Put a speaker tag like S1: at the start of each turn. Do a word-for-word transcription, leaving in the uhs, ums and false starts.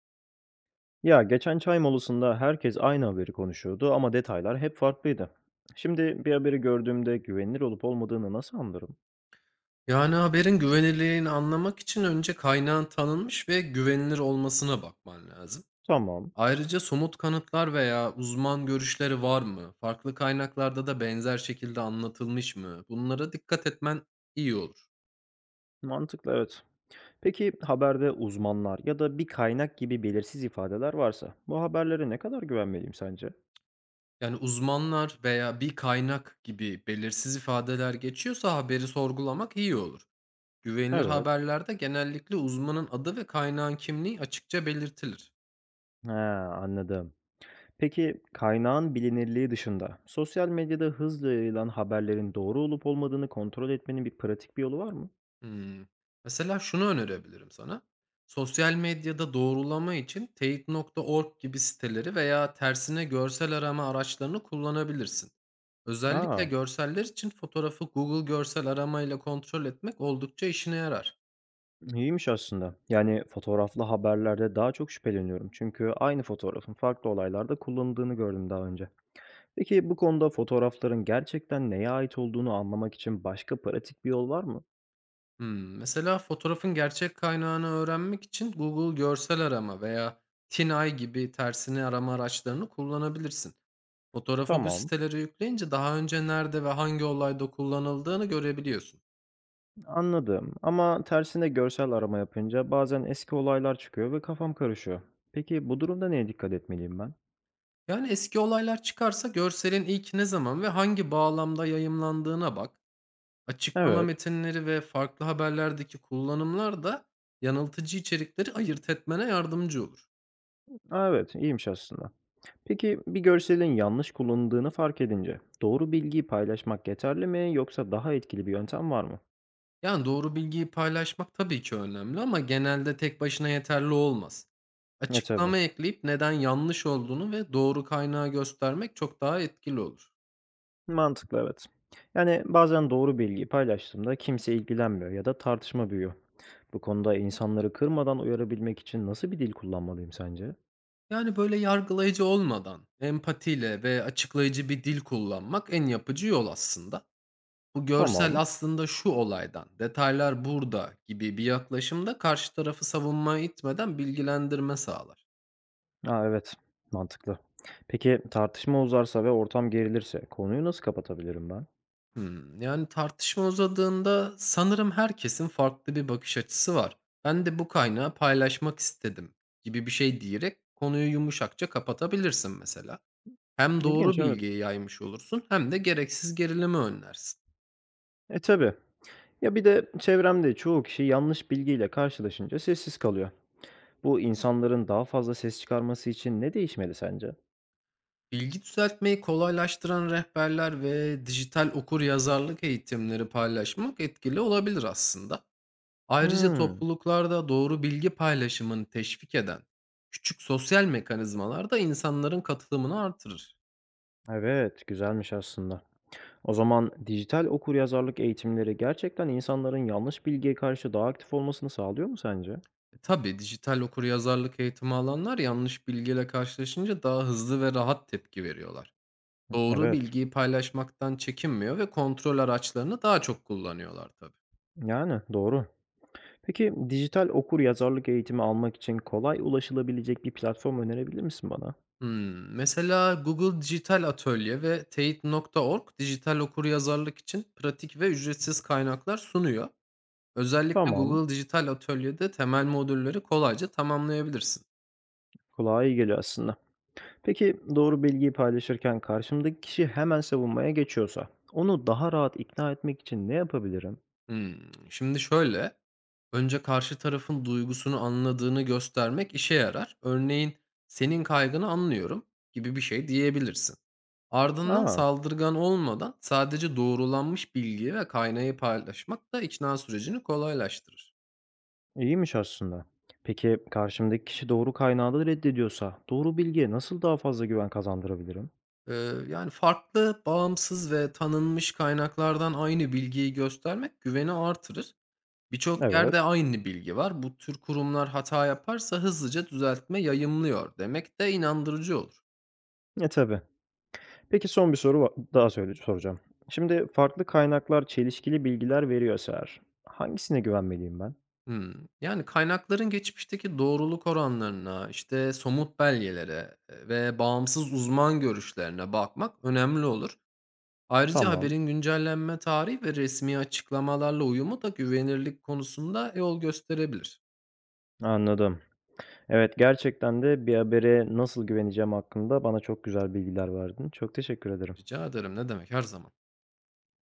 S1: Ya geçen çay molasında herkes aynı haberi konuşuyordu ama detaylar hep farklıydı. Şimdi bir haberi gördüğümde güvenilir olup olmadığını nasıl anlarım?
S2: Yani, haberin güvenilirliğini anlamak için önce kaynağın tanınmış ve güvenilir olmasına bakman lazım.
S1: Tamam,
S2: Ayrıca somut kanıtlar veya uzman görüşleri var mı? Farklı kaynaklarda da benzer şekilde anlatılmış mı? Bunlara dikkat etmen iyi olur.
S1: mantıklı, evet. Peki haberde uzmanlar ya da bir kaynak gibi belirsiz ifadeler varsa bu haberlere ne kadar güvenmeliyim sence?
S2: Yani uzmanlar veya bir kaynak gibi belirsiz ifadeler geçiyorsa haberi sorgulamak iyi olur. Güvenilir
S1: Evet.
S2: haberlerde genellikle uzmanın adı ve kaynağın kimliği açıkça belirtilir.
S1: He, anladım. Peki kaynağın bilinirliği dışında sosyal medyada hızla yayılan haberlerin doğru olup olmadığını kontrol etmenin bir pratik bir yolu var mı?
S2: Hımm. Mesela şunu önerebilirim sana. Sosyal medyada doğrulama için teyit nokta Org gibi siteleri veya tersine görsel arama araçlarını kullanabilirsin. Özellikle
S1: Aa,
S2: görseller için fotoğrafı Google görsel aramayla kontrol etmek oldukça işine yarar.
S1: İyiymiş aslında. Yani fotoğraflı haberlerde daha çok şüpheleniyorum. Çünkü aynı fotoğrafın farklı olaylarda kullanıldığını gördüm daha önce. Peki bu konuda fotoğrafların gerçekten neye ait olduğunu anlamak için başka pratik bir yol var mı?
S2: Hımm, mesela fotoğrafın gerçek kaynağını öğrenmek için Google görsel arama veya TinEye gibi tersine arama araçlarını kullanabilirsin. Fotoğrafı bu
S1: Tamam,
S2: sitelere yükleyince daha önce nerede ve hangi olayda kullanıldığını görebiliyorsun.
S1: anladım. Ama tersine görsel arama yapınca bazen eski olaylar çıkıyor ve kafam karışıyor. Peki bu durumda neye dikkat etmeliyim ben?
S2: Yani eski olaylar çıkarsa görselin ilk ne zaman ve hangi bağlamda yayımlandığına bak. Açıklama
S1: Evet,
S2: metinleri ve farklı haberlerdeki kullanımlar da yanıltıcı içerikleri ayırt etmene yardımcı olur.
S1: aa, evet, iyiymiş aslında. Peki bir görselin yanlış kullanıldığını fark edince doğru bilgiyi paylaşmak yeterli mi yoksa daha etkili bir yöntem var mı?
S2: Yani doğru bilgiyi paylaşmak tabii ki önemli ama genelde tek başına yeterli olmaz.
S1: E, tabii.
S2: Açıklama ekleyip neden yanlış olduğunu ve doğru kaynağı göstermek çok daha etkili olur.
S1: Mantıklı, evet. Yani bazen doğru bilgiyi paylaştığımda kimse ilgilenmiyor ya da tartışma büyüyor. Bu konuda insanları kırmadan uyarabilmek için nasıl bir dil kullanmalıyım sence?
S2: Yani böyle yargılayıcı olmadan empatiyle ve açıklayıcı bir dil kullanmak en yapıcı yol aslında. Bu görsel
S1: Tamam.
S2: aslında şu olaydan, detaylar burada gibi bir yaklaşımda karşı tarafı savunmaya itmeden bilgilendirme sağlar.
S1: Ha, evet. Mantıklı. Peki tartışma uzarsa ve ortam gerilirse konuyu nasıl kapatabilirim ben?
S2: Hmm, yani tartışma uzadığında sanırım herkesin farklı bir bakış açısı var. Ben de bu kaynağı paylaşmak istedim gibi bir şey diyerek konuyu yumuşakça kapatabilirsin mesela. Hem doğru
S1: İlginç, evet.
S2: bilgiyi yaymış olursun hem de gereksiz gerilimi önlersin.
S1: E, tabii. Ya bir de çevremde çoğu kişi yanlış bilgiyle karşılaşınca sessiz kalıyor. Bu insanların daha fazla ses çıkarması için ne değişmeli sence?
S2: Bilgi düzeltmeyi kolaylaştıran rehberler ve dijital okur yazarlık eğitimleri paylaşmak etkili olabilir aslında. Ayrıca
S1: Hmm,
S2: topluluklarda doğru bilgi paylaşımını teşvik eden küçük sosyal mekanizmalar da insanların katılımını artırır.
S1: evet, güzelmiş aslında. O zaman dijital okuryazarlık eğitimleri gerçekten insanların yanlış bilgiye karşı daha aktif olmasını sağlıyor mu sence?
S2: E tabii dijital okuryazarlık eğitimi alanlar yanlış bilgiyle karşılaşınca daha hızlı ve rahat tepki veriyorlar. Doğru
S1: Evet,
S2: bilgiyi paylaşmaktan çekinmiyor ve kontrol araçlarını daha çok kullanıyorlar tabii.
S1: yani doğru. Peki dijital okuryazarlık eğitimi almak için kolay ulaşılabilecek bir platform önerebilir misin bana?
S2: Hımm. Mesela Google Dijital Atölye ve teyit nokta org dijital okuryazarlık için pratik ve ücretsiz kaynaklar sunuyor. Özellikle
S1: Tamam,
S2: Google Dijital Atölye'de temel modülleri kolayca tamamlayabilirsin.
S1: kulağa iyi geliyor aslında. Peki doğru bilgiyi paylaşırken karşımdaki kişi hemen savunmaya geçiyorsa, onu daha rahat ikna etmek için ne yapabilirim?
S2: Hımm. Şimdi şöyle, önce karşı tarafın duygusunu anladığını göstermek işe yarar. Örneğin, "Senin kaygını anlıyorum." gibi bir şey diyebilirsin. Ardından
S1: Aa,
S2: saldırgan olmadan sadece doğrulanmış bilgiyi ve kaynağı paylaşmak da ikna sürecini kolaylaştırır.
S1: İyiymiş aslında. Peki karşımdaki kişi doğru kaynağı da reddediyorsa doğru bilgiye nasıl daha fazla güven kazandırabilirim?
S2: Eee, yani farklı, bağımsız ve tanınmış kaynaklardan aynı bilgiyi göstermek güveni artırır. Birçok
S1: Evet.
S2: yerde aynı bilgi var. Bu tür kurumlar hata yaparsa hızlıca düzeltme yayımlıyor demek de inandırıcı olur.
S1: E, tabii. Peki son bir soru va- daha söyle soracağım. Şimdi farklı kaynaklar çelişkili bilgiler veriyorsa eğer hangisine güvenmeliyim ben?
S2: Hmm. Yani kaynakların geçmişteki doğruluk oranlarına, işte somut belgelere e, ve bağımsız uzman görüşlerine bakmak önemli olur. Ayrıca
S1: Tamam.
S2: haberin güncellenme tarihi ve resmi açıklamalarla uyumu da güvenirlik konusunda yol gösterebilir.
S1: Anladım. Evet, gerçekten de bir habere nasıl güveneceğim hakkında bana çok güzel bilgiler verdin. Çok teşekkür ederim.
S2: Rica ederim, ne demek, her zaman.